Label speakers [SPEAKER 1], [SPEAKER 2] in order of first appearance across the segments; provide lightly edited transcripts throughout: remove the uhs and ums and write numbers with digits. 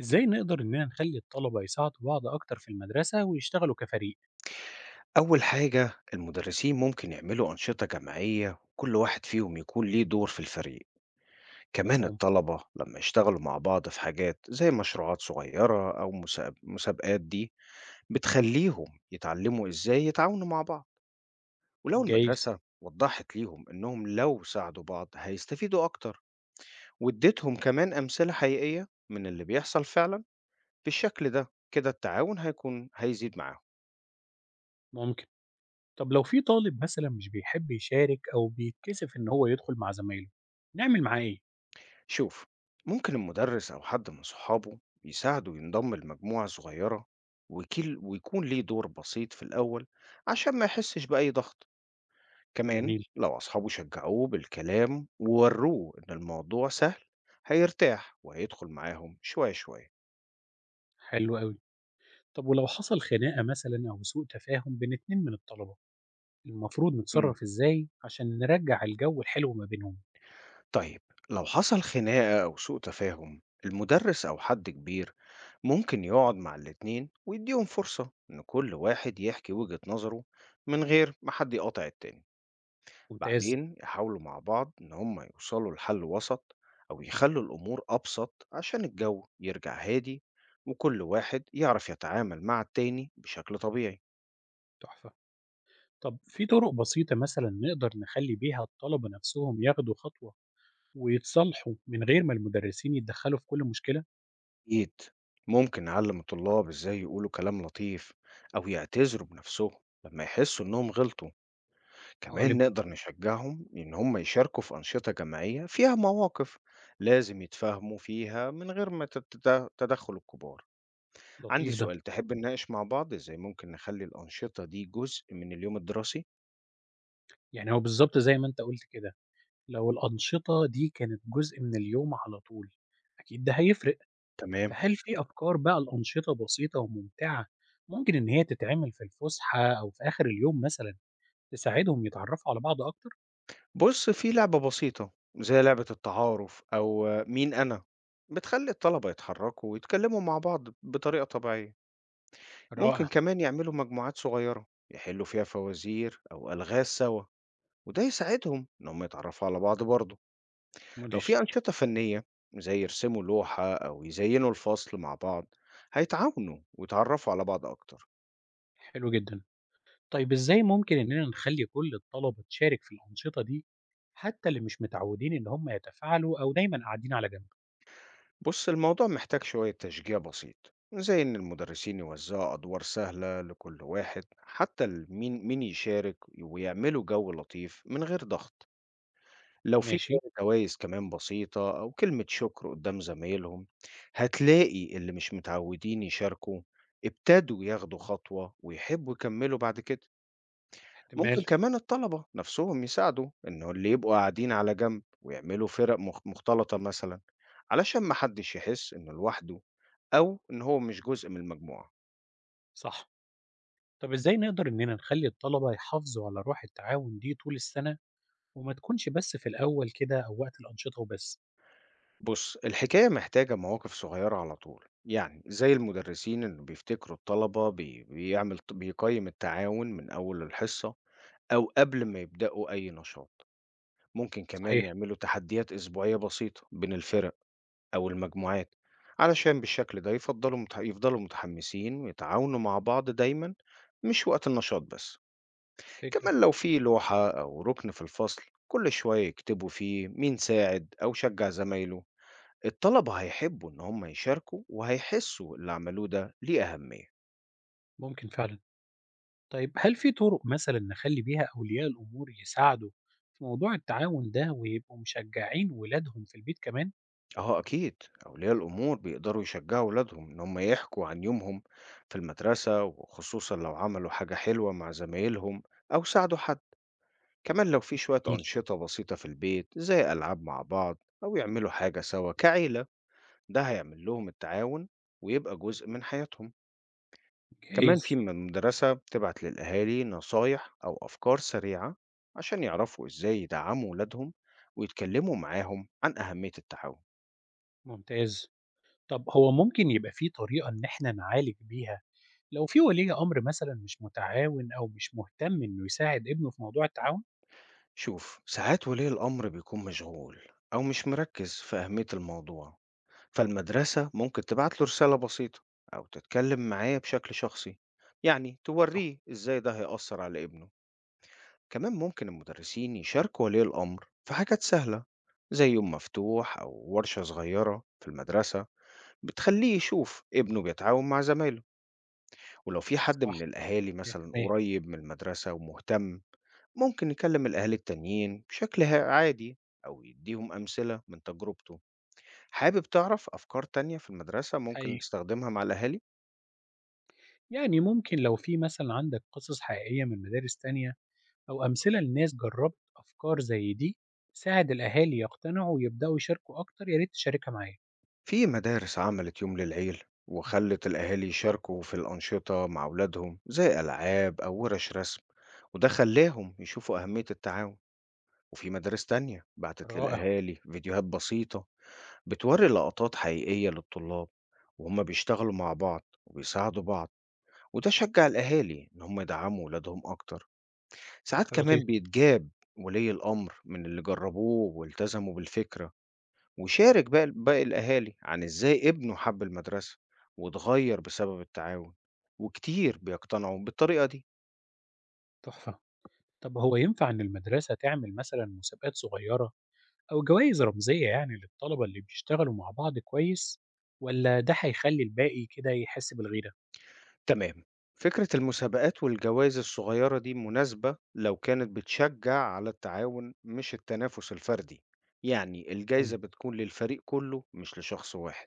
[SPEAKER 1] إزاي نقدر إننا نخلي الطلبة يساعدوا بعض أكتر في المدرسة ويشتغلوا كفريق؟
[SPEAKER 2] أول حاجة المدرسين ممكن يعملوا أنشطة جماعية، كل واحد فيهم يكون ليه دور في الفريق. كمان
[SPEAKER 1] مفهوم؟
[SPEAKER 2] الطلبة لما يشتغلوا مع بعض في حاجات زي مشروعات صغيرة أو مسابقات، دي بتخليهم يتعلموا إزاي يتعاونوا مع بعض. ولو
[SPEAKER 1] جايز؟
[SPEAKER 2] المدرسة وضحت ليهم إنهم لو ساعدوا بعض هيستفيدوا أكتر، واديتهم كمان أمثلة حقيقية من اللي بيحصل فعلا، بالشكل ده كده التعاون هيزيد معاهم.
[SPEAKER 1] ممكن طب لو في طالب مثلا مش بيحب يشارك أو بيتكسف إن هو يدخل مع زمايله نعمل معاه إيه؟
[SPEAKER 2] شوف، ممكن المدرس أو حد من صحابه يساعده ينضم لمجموعة صغيرة، وكيل ويكون ليه دور بسيط في الأول عشان ما يحسش بأي ضغط. كمان
[SPEAKER 1] جميل
[SPEAKER 2] لو أصحابه شجعوه بالكلام ووروه إن الموضوع سهل، هيرتاح وهيدخل معاهم شوية شوية.
[SPEAKER 1] حلو أوي طب ولو حصل خناقة مثلا أو سوء تفاهم بين اتنين من الطلبة المفروض
[SPEAKER 2] مم.
[SPEAKER 1] نتصرف إزاي عشان نرجع الجو الحلو ما بينهم؟
[SPEAKER 2] طيب، لو حصل خناقة أو سوء تفاهم، المدرس أو حد كبير ممكن يقعد مع الاتنين ويديهم فرصة إن كل واحد يحكي وجهة نظره من غير ما حد يقاطع التاني.
[SPEAKER 1] ممتاز
[SPEAKER 2] بعدين يحاولوا مع بعض إن هم يوصلوا لحل وسط، أو يخلوا الأمور أبسط عشان الجو يرجع هادي، وكل واحد يعرف يتعامل مع التاني بشكل طبيعي.
[SPEAKER 1] تحفة طب في طرق بسيطة مثلا نقدر نخلي بيها الطلبة نفسهم ياخدوا خطوة ويتصالحوا من غير ما المدرسين يتدخلوا في كل مشكلة؟
[SPEAKER 2] أكيد، ممكن نعلم الطلاب إزاي يقولوا كلام لطيف، أو يعتذروا بنفسهم لما يحسوا إنهم غلطوا. كمان
[SPEAKER 1] غالبًا،
[SPEAKER 2] نقدر نشجعهم إن هم يشاركوا في أنشطة جماعية فيها مواقف لازم يتفاهموا فيها من غير ما تدخل الكبار. عندي
[SPEAKER 1] لطيف ده،
[SPEAKER 2] سؤال، تحب نناقش مع بعض ازاي ممكن نخلي الأنشطة دي جزء من اليوم الدراسي؟
[SPEAKER 1] يعني هو بالضبط زي ما أنت قُلت كده، لو الأنشطة دي كانت جزء من اليوم على طول، أكيد ده هيفرق،
[SPEAKER 2] تمام.
[SPEAKER 1] فهل في أفكار بقى لأنشطة بسيطة وممتعة ممكن إن هي تتعمل في الفسحة أو في آخر اليوم مثلًا تساعدهم يتعرفوا على بعض أكتر؟
[SPEAKER 2] بص، في لعبة بسيطة زي لعبة التعارف أو آه، مين أنا، بتخلي الطلبة يتحركوا ويتكلموا مع بعض بطريقة طبيعية. ممكن
[SPEAKER 1] رائع،
[SPEAKER 2] كمان يعملوا مجموعات صغيرة يحلوا فيها فوازير أو ألغاز سوا، وده يساعدهم إن هم يتعرفوا على بعض برضه. لو في
[SPEAKER 1] مدهش،
[SPEAKER 2] أنشطة فنية زي يرسموا لوحة أو يزينوا الفصل مع بعض، هيتعاونوا ويتعرفوا على بعض أكتر.
[SPEAKER 1] حلو جدًا. طيب إزاي ممكن إننا نخلّي كل الطلبة تشارك في الأنشطة دي، حتى اللي مش متعودين إن هم يتفاعلوا أو دايمًا قاعدين على جنب؟
[SPEAKER 2] بص، الموضوع محتاج شوية تشجيع بسيط، زي إن المدرسين يوزعوا أدوار سهلة لكل واحد، حتى مين يشارك، ويعملوا جو لطيف من غير ضغط. لو في
[SPEAKER 1] ماشي.
[SPEAKER 2] جوائز كمان بسيطة أو كلمة شكر قدام زمايلهم، هتلاقي اللي مش متعودين يشاركوا ابتدوا ياخدوا خطوة ويحبوا يكملوا بعد كده.
[SPEAKER 1] احتمال،
[SPEAKER 2] ممكن كمان الطلبة نفسهم يساعدوا إن اللي يبقوا قاعدين على جنب ويعملوا فرق مختلطة مثلا، علشان محدش يحس إنه لوحده، أو إن هو مش جزء من المجموعة.
[SPEAKER 1] صح. طب إزاي نقدر إننا نخلّي الطلبة يحافظوا على روح التعاون دي طول السنة، وما تكونش بس في الأول كده أو وقت الأنشطة وبس؟
[SPEAKER 2] بُص، الحكاية محتاجة مواقف صغيرة على طول، يعني زي المدرسين اللي بيفتكروا الطلبة بي بيعمل ت بيقيّم التعاون من أول الحصة، أو قبل ما يبدأوا أي نشاط. ممكن كمان
[SPEAKER 1] صحيح،
[SPEAKER 2] يعملوا تحديات أسبوعية بسيطة بين الفرق أو المجموعات، علشان بالشكل ده يفضلوا متحمسين ويتعاونوا مع بعض دايمًا، مش وقت النشاط بس.
[SPEAKER 1] فكرة،
[SPEAKER 2] كمان لو في لوحة أو ركن في الفصل كل شوية يكتبوا فيه مين ساعد أو شجع زمايله، الطلبة هيحبوا إن هم يشاركوا وهيحسوا اللي عملوه ده ليه أهمية.
[SPEAKER 1] ممكن فعلًا. طيب هل في طرق مثلًا نخلّي بيها أولياء الأمور يساعدوا في موضوع التعاون ده ويبقوا مشجعين ولادهم في البيت كمان؟
[SPEAKER 2] أهو أكيد، أولياء الأمور بيقدروا يشجعوا ولادهم إن هم يحكوا عن يومهم في المدرسة، وخصوصا لو عملوا حاجة حلوة مع زمايلهم أو ساعدوا حد. كمان لو في شوية
[SPEAKER 1] جميل،
[SPEAKER 2] أنشطة بسيطة في البيت زي ألعاب مع بعض، أو يعملوا حاجة سوا كعيلة، ده هيعمل لهم التعاون ويبقى جزء من حياتهم. كمان في
[SPEAKER 1] جايز،
[SPEAKER 2] مدرسة بتبعت للأهالي نصايح أو أفكار سريعة عشان يعرفوا إزاي يدعموا ولادهم ويتكلموا معاهم عن أهمية التعاون.
[SPEAKER 1] ممتاز. طب هو ممكن يبقى في طريقة إن إحنا نعالج بيها لو في ولي أمر مثلًا مش متعاون أو مش مهتم إنه يساعد ابنه في موضوع التعاون؟
[SPEAKER 2] شوف، ساعات ولي الأمر بيكون مشغول أو مش مركز في أهمية الموضوع، فالمدرسة ممكن تبعت له رسالة بسيطة أو تتكلم معاه بشكل شخصي، يعني
[SPEAKER 1] صح،
[SPEAKER 2] توريه إزاي ده هيأثر على ابنه. كمان ممكن المدرسين يشاركوا ولي الأمر في حاجات سهلة زي يوم مفتوح أو ورشة صغيرة في المدرسة بتخلّيه يشوف ابنه بيتعاون مع زمايله، ولو في حد
[SPEAKER 1] صح.
[SPEAKER 2] من الأهالي مثلًا
[SPEAKER 1] 100%
[SPEAKER 2] قريب من المدرسة ومهتم، ممكن يكلم الأهالي التانيين بشكل عادي أو يديهم أمثلة من تجربته. حابب تعرف أفكار تانية في المدرسة ممكن
[SPEAKER 1] حقيقي.
[SPEAKER 2] نستخدمها مع الأهالي؟
[SPEAKER 1] يعني ممكن لو في مثلًا عندك قصص حقيقية من مدارس تانية أو أمثلة لناس جرّبت أفكار زي دي تساعد الأهالي يقتنعوا ويبدأوا يشاركوا أكتر، يا ريت تشاركها معايا.
[SPEAKER 2] في مدارس عملت يوم للعيل وخلت الأهالي يشاركوا في الأنشطة مع أولادهم زي ألعاب أو ورش رسم، وده خلاهم يشوفوا أهمية التعاون. وفي مدارس تانية بعتت
[SPEAKER 1] رائع،
[SPEAKER 2] للأهالي فيديوهات بسيطة بتوري لقطات حقيقية للطلاب وهم بيشتغلوا مع بعض وبيساعدوا بعض، وده شجع الأهالي إن هم يدعموا ولادهم أكتر. ساعات
[SPEAKER 1] فكرة لطيفة،
[SPEAKER 2] كمان بيتجاب ولي الأمر من اللي جربوه والتزموا بالفكرة، وشارك بقى باقي الأهالي عن إزاي ابنه حب المدرسة واتغير بسبب التعاون، وكتير بيقتنعوا بالطريقة دي.
[SPEAKER 1] تحفة. طب هو ينفع إن المدرسة تعمل مثلًا مسابقات صغيرة أو جوايز رمزية يعني للطلبة اللي بيشتغلوا مع بعض كويس والّا ده هيخلّي الباقي كده يحس بالغيرة؟
[SPEAKER 2] تمام، فكرة المسابقات والجوائز الصغيرة دي مناسبة لو كانت بتشجع على التعاون مش التنافس الفردي، يعني
[SPEAKER 1] امم،
[SPEAKER 2] الجائزة بتكون للفريق كله مش لشخص واحد.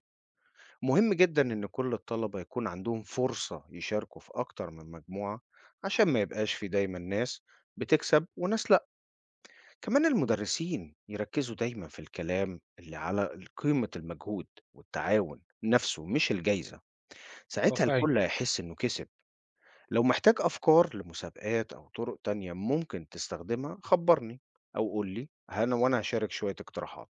[SPEAKER 2] مهم جدا إن كل الطلبة يكون عندهم فرصة يشاركوا في أكتر من مجموعة، عشان ما يبقاش في دايما ناس بتكسب وناس لأ. كمان المدرسين يركزوا دايما في الكلام اللي على قيمة المجهود والتعاون نفسه، مش الجائزة. ساعتها
[SPEAKER 1] واقعي.
[SPEAKER 2] الكل هيحس إنه كسب. لو محتاج أفكار لمسابقات أو طرق تانية ممكن تستخدمها خبرني، أو قول لي أنا وأنا هشارك شوية اقتراحات.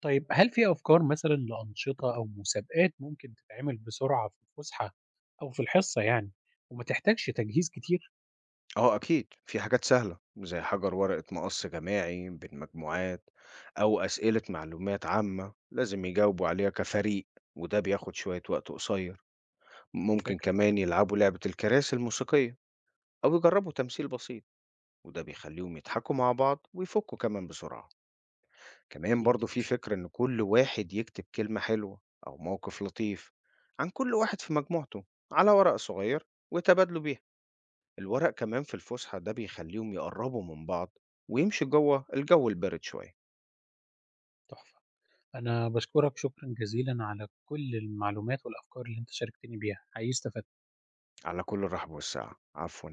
[SPEAKER 1] طيب هل في أفكار مثلًا لأنشطة أو مسابقات ممكن تتعمل بسرعة في الفسحة أو في الحصة يعني وما تحتاجش تجهيز كتير؟
[SPEAKER 2] أه أكيد، في حاجات سهلة زي حجر ورقة مقص جماعي بين مجموعات، أو أسئلة معلومات عامة لازم يجاوبوا عليها كفريق، وده بياخد شوية وقت قصير. ممكن
[SPEAKER 1] فكرة
[SPEAKER 2] كمان يلعبوا لعبة الكراسي الموسيقية أو يجربوا تمثيل بسيط، وده بيخليهم يضحكوا مع بعض ويفكوا كمان بسرعة. كمان برضو
[SPEAKER 1] لطيفة
[SPEAKER 2] في فكرة إن كل واحد يكتب كلمة حلوة أو موقف لطيف عن كل واحد في مجموعته على ورق صغير ويتبادلوا بيها الورق كمان في الفسحة، ده بيخليهم يقربوا من بعض ويمشي جوه الجو البارد شوية.
[SPEAKER 1] تحفة. أنا باشكرك شكرًا جزيلًا على كل المعلومات والأفكار اللي أنت شاركتني بيها، حقيقي استفدت.
[SPEAKER 2] على كل الرحب والسعة، عفوا.